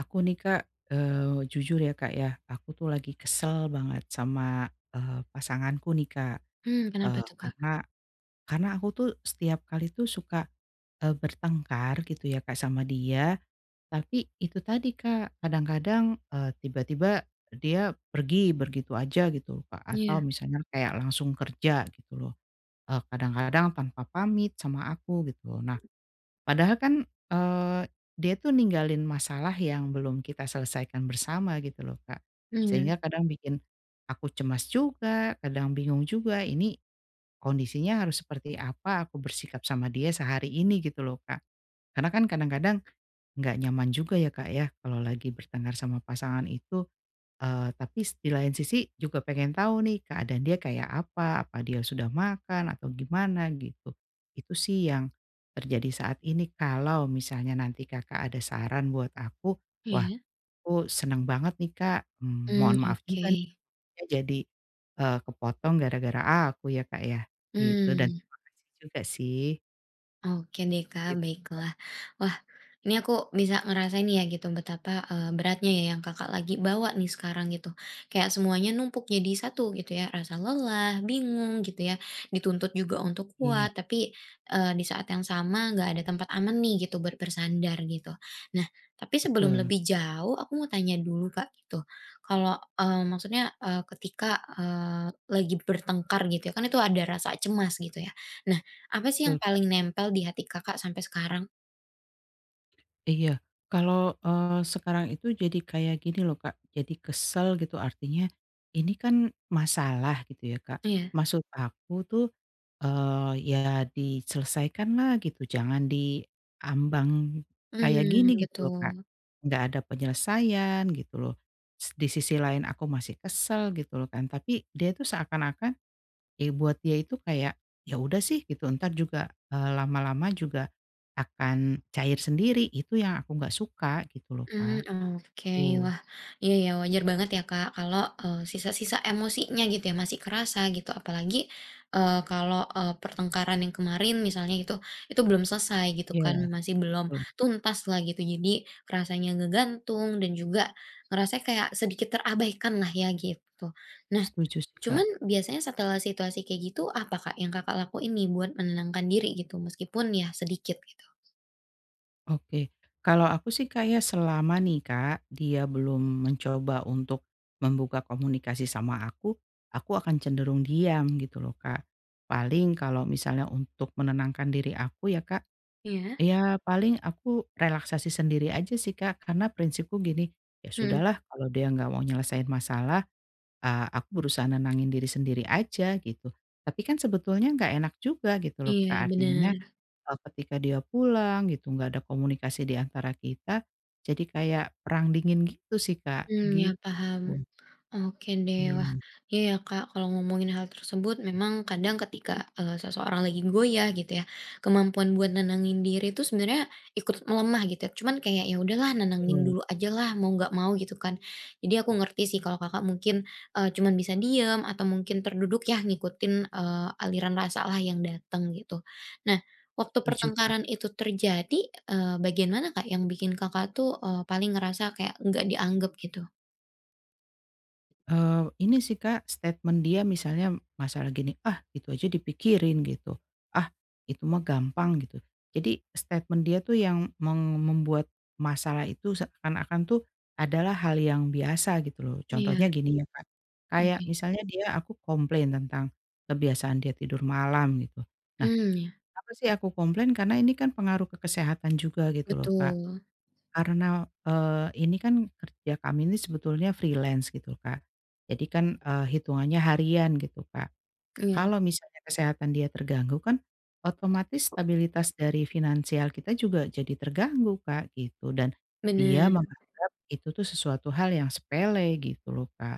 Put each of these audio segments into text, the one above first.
Aku nih Kak, jujur ya Kak ya, aku tuh lagi kesel banget sama, pasanganku nih Kak. Kenapa eee, tuh, Kak? karena karena aku tuh setiap kali tuh suka, bertengkar gitu ya Kak sama dia. Tapi itu tadi Kak, kadang-kadang, tiba-tiba dia pergi begitu aja gitu loh Kak, atau Iya, misalnya kayak langsung kerja gitu loh, kadang-kadang tanpa pamit sama aku gitu loh. Nah, padahal kan, eee, dia tuh ninggalin masalah yang belum kita selesaikan bersama gitu loh, Kak. iya, Sehingga kadang bikin aku cemas juga, kadang bingung juga, ini kondisinya harus seperti apa aku bersikap sama dia sehari ini gitu loh, Kak. Karena kan kadang-kadang nggak nyaman juga ya, Kak, ya, kalau lagi bertengkar sama pasangan itu, tapi, di lain sisi juga pengen tahu nih keadaan dia kayak apa, apa dia sudah makan atau gimana gitu. Itu sih yang terjadi saat ini, kalau misalnya nanti Kakak ada saran buat aku. Wah, iya. aku seneng banget nih Kak, Mmm, mohon maaf oke. juga nih ya jadi, kepotong gara-gara aku ya Kak ya, gitu, dan Mmm. terima kasih juga sih, Oke deh Kak, gitu. baiklah. Wah, ini aku bisa ngerasain ya gitu betapa beratnya ya yang Kakak lagi bawa nih sekarang gitu. Kayak semuanya numpuk jadi satu gitu ya. Rasa lelah, bingung gitu ya. Dituntut juga untuk Iya, kuat, tapi di saat yang sama nggak ada tempat aman nih gitu buat bersandar gitu. Nah, tapi sebelum betul lebih jauh, aku mau tanya dulu Kak gitu. Kalau maksudnya ketika lagi bertengkar gitu ya, kan itu ada rasa cemas gitu ya. Nah, apa sih yang betul. paling nempel di hati Kakak sampai sekarang? Iya, kalau, sekarang itu jadi kayak gini loh, Kak, jadi kesel gitu, artinya ini kan masalah gitu ya, Kak. Iya, Maksud aku tuh, ya diselesaikan lah gitu, jangan diambang kayak gini mmm, gitu loh, Kak. betul, Nggak ada penyelesaian gitu loh. Di sisi lain aku masih kesel gitu loh kan, tapi dia tuh seakan-akan, ya buat dia itu kayak, ya udah sih gitu. Ntar juga, lama-lama juga akan cair sendiri, itu yang aku nggak suka gitu loh, Kak. mmm, oke, Tuh, wah, iya ya wajar banget ya Kak kalau, sisa-sisa emosinya gitu ya masih kerasa gitu apalagi, kalau, pertengkaran yang kemarin misalnya gitu, itu belum selesai gitu kan iya masih belum betul, tuntas lah gitu jadi rasanya ngegantung dan juga ngerasa kayak sedikit terabaikan lah ya gitu. Nah, setuju sih, cuman Kak. biasanya setelah situasi kayak gitu, apa Kak yang Kakak lakuin nih buat menenangkan diri gitu? Meskipun ya sedikit gitu? Oke, kalau aku sih kayak, selama nih Kak, dia belum mencoba untuk membuka komunikasi sama aku akan cenderung diam gitu loh, Kak. Paling kalau misalnya untuk menenangkan diri aku ya Kak, Iya. iya, paling aku relaksasi sendiri aja sih, Kak, karena prinsipku gini, ya Mhm. sudahlah kalau dia nggak mau nyelesain masalah, aku berusaha nenangin diri sendiri aja gitu. Tapi kan sebetulnya nggak enak juga gitu loh, Kak, Iya, artinya, bener. Ketika dia pulang gitu nggak ada komunikasi di antara kita, jadi kayak perang dingin gitu sih, Kak, Mmm, ya paham. gitu. Oke deh, wah Iya, iya ya Kak, kalau ngomongin hal tersebut memang kadang ketika, seseorang lagi goyah gitu ya, kemampuan buat nenangin diri itu sebenarnya ikut melemah gitu ya, cuman kayak ya udahlah nenangin betul, dulu aja lah mau nggak mau gitu kan. Jadi aku ngerti sih kalau Kakak mungkin, cuman bisa diem atau mungkin terduduk ya ngikutin, aliran rasa lah yang datang gitu. Nah, waktu setuju, Kak. pertengkaran itu terjadi, bagian mana Kak yang bikin Kakak tuh, paling ngerasa kayak nggak dianggap gitu? Ini sih Kak, statement dia misalnya masalah gini, "Ah, itu aja dipikirin," gitu, "Ah, itu mah gampang," gitu. Jadi statement dia tuh yang membuat masalah itu seakan-akan tuh adalah hal yang biasa gitu loh. Iya, Contohnya gini ya Kak, kayak oke. misalnya aku komplain tentang kebiasaan dia tidur malam gitu. Nah, Mmm, ya, apa sih aku komplain, karena ini kan pengaruh ke kesehatan juga gitu loh Kak. betul. Karena, ini kan kerja kami ini sebetulnya freelance gitu, Kak. Jadi kan, hitungannya harian gitu, Kak. Iya, Kalau misalnya kesehatan dia terganggu, kan otomatis stabilitas dari finansial kita juga jadi terganggu, Kak, gitu. Dan dia bener. menganggap itu tuh sesuatu hal yang sepele gitu loh, Kak,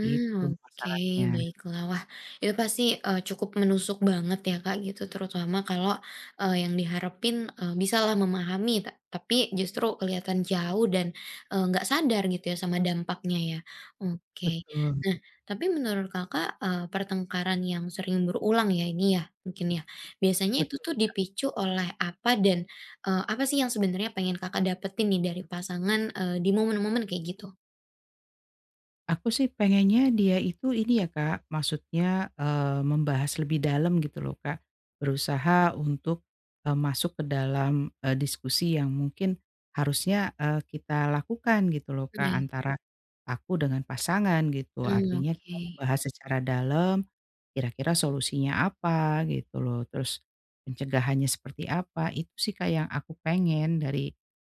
gitu oke, masalahnya. baiklah. Wah, itu pasti, cukup menusuk banget ya, Kak, gitu, terutama kalau, yang diharapin, bisalah memahami, tapi justru kelihatan jauh dan, nggak sadar gitu ya sama dampaknya ya. Oke. Betul. Nah, tapi menurut Kakak, pertengkaran yang sering berulang ya ini ya, mungkin ya, biasanya bet itu tuh dipicu oleh apa dan, apa sih yang sebenarnya pengen Kakak dapetin nih dari pasangan, di momen-momen kayak gitu? Aku sih pengennya dia itu ini ya Kak, maksudnya, membahas lebih dalam gitu loh Kak, berusaha untuk, masuk ke dalam, diskusi yang mungkin harusnya, kita lakukan gitu loh Kak, Iya. antara aku dengan pasangan gitu. Mmm, Artinya kita oke. membahas secara dalam, kira-kira solusinya apa gitu loh, terus pencegahannya seperti apa, itu sih Kak yang aku pengen dari,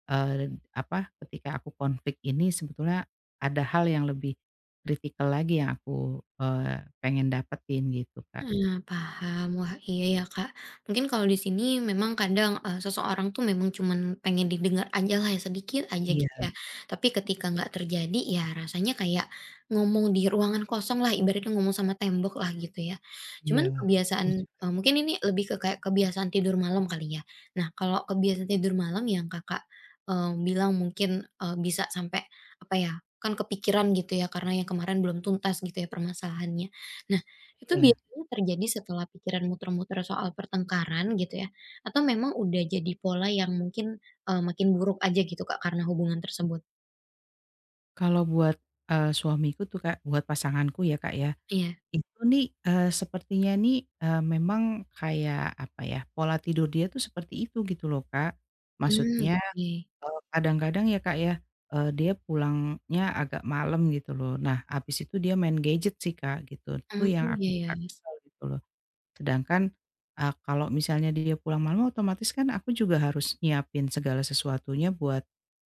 apa, ketika aku konflik ini sebetulnya ada hal yang lebih kritikal lagi yang aku, eee, pengen dapetin gitu, Kak. Ah, paham. Wah, iya ya, Kak. Mungkin kalau di sini memang kadang, seseorang tuh memang cuman pengen didengar aja lah ya, sedikit aja gitu Iya ya. Tapi ketika nggak terjadi, ya rasanya kayak ngomong di ruangan kosong lah, ibaratnya ngomong sama tembok lah gitu ya. Cuman iya, kebiasaan setuju. Mungkin ini lebih ke kayak kebiasaan tidur malam kali ya. Nah, kalau kebiasaan tidur malam yang Kakak, bilang mungkin, bisa sampai apa ya, kan kepikiran gitu ya, karena yang kemarin belum tuntas gitu ya permasalahannya. Nah, itu Iya, biasanya terjadi setelah pikiran muter-muter soal pertengkaran gitu ya? Atau memang udah jadi pola yang mungkin, makin buruk aja gitu, Kak, karena hubungan tersebut? kalau buat, suamiku tuh, Kak, buat pasanganku ya, Kak, ya, Iya. itu nih, sepertinya nih, memang kayak apa ya, pola tidur dia tuh seperti itu gitu loh, Kak. Mmm, Maksudnya, oke. Kadang-kadang ya, Kak, ya, dia pulangnya agak malam gitu loh. Nah, habis itu dia main gadget sih, Kak, gitu. Itu Oh, yang aku iya suka ya kesel gitu loh. Sedangkan, kalau misalnya dia pulang malam otomatis kan aku juga harus nyiapin segala sesuatunya buat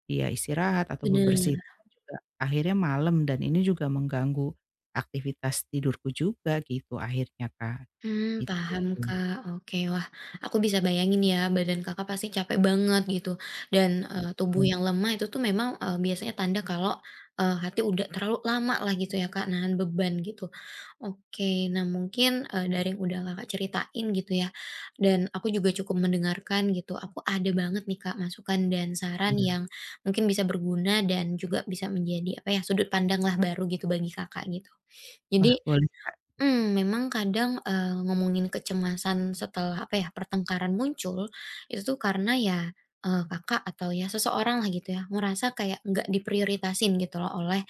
dia istirahat atau bener. bebersih itu kan juga akhirnya malam, dan ini juga mengganggu aktivitas tidurku juga gitu akhirnya, Kak, Mmm, itu. paham, Kak. Oke, wah aku bisa bayangin ya badan Kakak pasti capek banget gitu dan, tubuh Oh, yang lemah itu tuh memang, biasanya tanda kalau, hati udah terlalu lama lah gitu ya, Kak, nahan beban gitu. Oke, nah mungkin, dari yang udah Kakak ceritain gitu ya, dan aku juga cukup mendengarkan gitu, aku ada banget nih Kak masukan dan saran iya. yang mungkin bisa berguna dan juga bisa menjadi apa ya, sudut pandang lah baru gitu bagi Kakak gitu. Jadi Wah, boleh, Kak, memang kadang, ngomongin kecemasan setelah, apa ya, pertengkaran muncul, itu tuh karena ya, Kakak atau ya seseorang lah gitu ya, ngerasa kayak nggak diprioritasin gitu loh oleh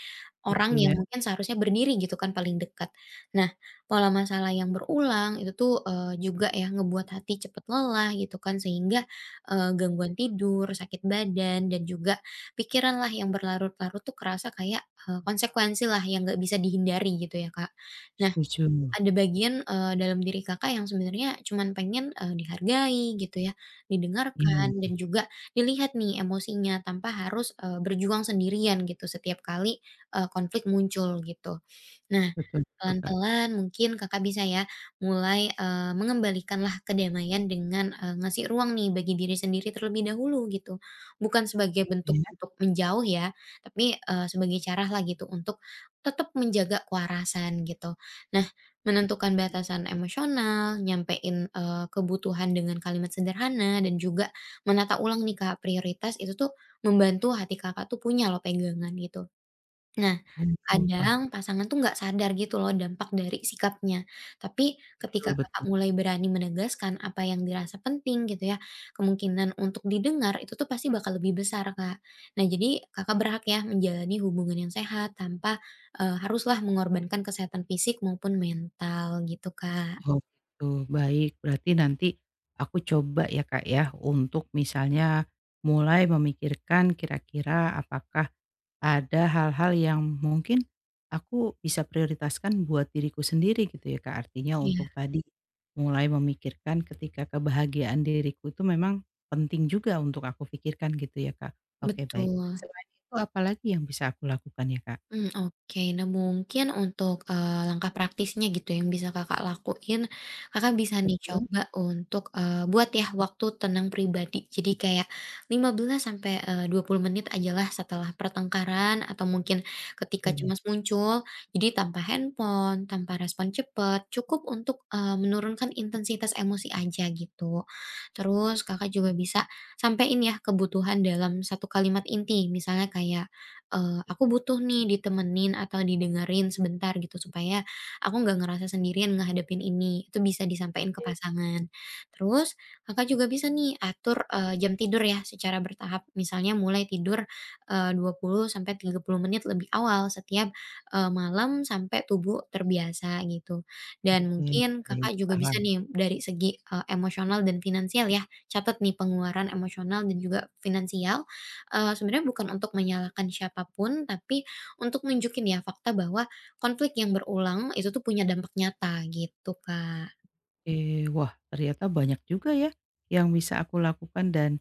itu orang yang ya. mungkin seharusnya berdiri gitu kan paling dekat. Nah, pola masalah yang berulang itu tuh, juga ya ngebuat hati cepet lelah gitu kan sehingga, gangguan tidur, sakit badan, dan juga pikiran lah yang berlarut-larut tuh kerasa kayak, konsekuensi lah yang nggak bisa dihindari gitu ya, Kak. Nah, Setuju. ada bagian, dalam diri Kakak yang sebenarnya cuman pengen, dihargai gitu ya, Iya, didengarkan dan juga dilihat nih emosinya tanpa harus, berjuang sendirian gitu setiap kali, konflik muncul gitu. Nah, betul betul, Kak. pelan-pelan mungkin Kakak bisa ya mulai, mengembalikanlah kedamaian dengan, ngasih ruang nih bagi diri sendiri terlebih dahulu gitu. Bukan sebagai bentuk Iya, untuk menjauh ya, tapi, sebagai cara lah gitu untuk tetap menjaga kewarasan gitu. Nah, menentukan batasan emosional, nyampein, kebutuhan dengan kalimat sederhana, dan juga menata ulang nih Kak prioritas itu tuh membantu hati Kakak tuh punya loh pegangan gitu. Nah, oh, paham. kadang pasangan tuh nggak sadar gitu loh dampak dari sikapnya. Tapi ketika Betul Kakak betul. mulai berani menegaskan apa yang dirasa penting gitu ya, kemungkinan untuk didengar itu tuh pasti bakal lebih besar, Kak. Nah, jadi Kakak berhak ya menjalani hubungan yang sehat tanpa haruslah mengorbankan kesehatan fisik maupun mental gitu, Kak. Oh gitu, baik. Berarti nanti aku coba ya Kak ya, untuk misalnya mulai memikirkan kira-kira apakah ada hal-hal yang mungkin aku bisa prioritaskan buat diriku sendiri gitu ya Kak. Artinya, Iya, untuk tadi mulai memikirkan ketika kebahagiaan diriku itu memang penting juga untuk aku pikirkan gitu ya Kak. Oke baik. betul. Selain itu apalagi yang bisa aku lakukan ya Kak? Hmm, oke. Nah, mungkin untuk, langkah praktisnya gitu yang bisa Kakak lakuin, Kakak bisa nih Betul. coba untuk, buat ya waktu tenang pribadi. Jadi kayak 15 sampai, 20 menit ajalah setelah pertengkaran atau mungkin ketika Oke, cemas muncul. Jadi tanpa handphone, tanpa respon cepat, cukup untuk, menurunkan intensitas emosi aja gitu. Terus Kakak juga bisa sampein ya kebutuhan dalam satu kalimat inti, misalnya kayak aku butuh nih ditemenin atau didengerin sebentar gitu supaya aku nggak ngerasa sendirian ngehadapin ini, itu bisa disampaikan ke pasangan. Terus Kakak juga bisa nih atur, jam tidur ya secara bertahap, misalnya mulai tidur, 20 sampai 30 menit lebih awal setiap, malam sampai tubuh terbiasa gitu. Dan mungkin baik, Kakak juga bisa paham. nih dari segi, emosional dan finansial ya, catat nih pengeluaran emosional dan juga finansial. Sebenarnya bukan untuk menyalahkan siapapun tapi untuk nunjukin ya fakta bahwa konflik yang berulang itu tuh punya dampak nyata gitu, Kak. Oke, wah ternyata banyak juga ya yang bisa aku lakukan, dan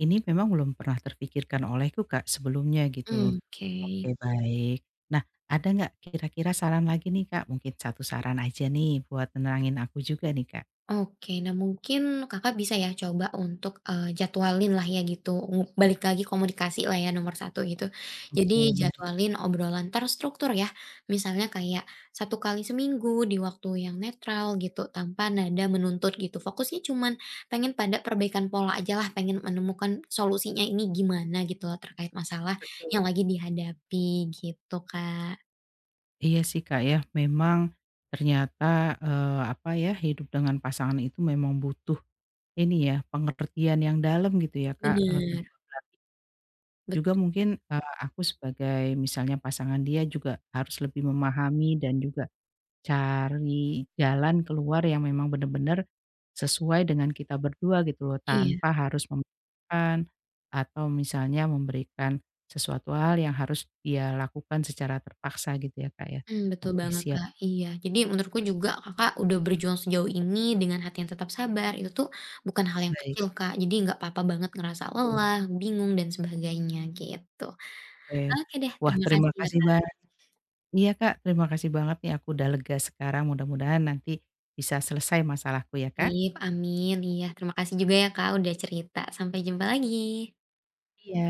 ini memang belum pernah terpikirkan olehku Kak sebelumnya gitu loh. Mmm, oke. Oke baik. Nah, ada nggak kira-kira saran lagi nih Kak? Mungkin satu saran aja nih buat nenangin aku juga nih Kak. Oke, nah mungkin Kakak bisa ya coba untuk, jadwalin lah ya gitu, balik lagi komunikasi lah ya nomor satu gitu. Oke Jadi baik, jadwalin obrolan terstruktur ya, misalnya kayak satu kali seminggu di waktu yang netral gitu, tanpa nada menuntut gitu. Fokusnya cuman pengen pada perbaikan pola aja lah, pengen menemukan solusinya ini gimana gitu loh terkait masalah yang betul. lagi dihadapi gitu, Kak. Iya sih Kak ya, memang ternyata, eh, apa ya, hidup dengan pasangan itu memang butuh ini ya, pengertian yang dalam gitu ya Kak, eh, Bener, kedua belah. Juga betul, mungkin, aku sebagai misalnya pasangan dia juga harus lebih memahami dan juga cari jalan keluar yang memang benar-benar sesuai dengan kita berdua gitu loh, iya. tanpa harus memberikan atau misalnya memberikan sesuatu hal yang harus dia lakukan secara terpaksa gitu ya, Kak, ya. Mmm, betul Oke banget, siap, Kak. Iya. Jadi menurutku juga Kakak udah berjuang sejauh ini dengan hati yang tetap sabar, itu tuh bukan hal yang baik, kecil, Kak. Jadi nggak apa-apa banget ngerasa lelah, bingung, dan sebagainya, gitu. oke. Oke deh, Wah, terima terima kasih ya, kasih, Kak. Iya, Kak, terima kasih banget nih aku udah lega sekarang, mudah-mudahan nanti bisa selesai masalahku ya, Kak. Tip. Amin. Iya, terima kasih juga ya, Kak, udah cerita. Sampai jumpa lagi. Iya.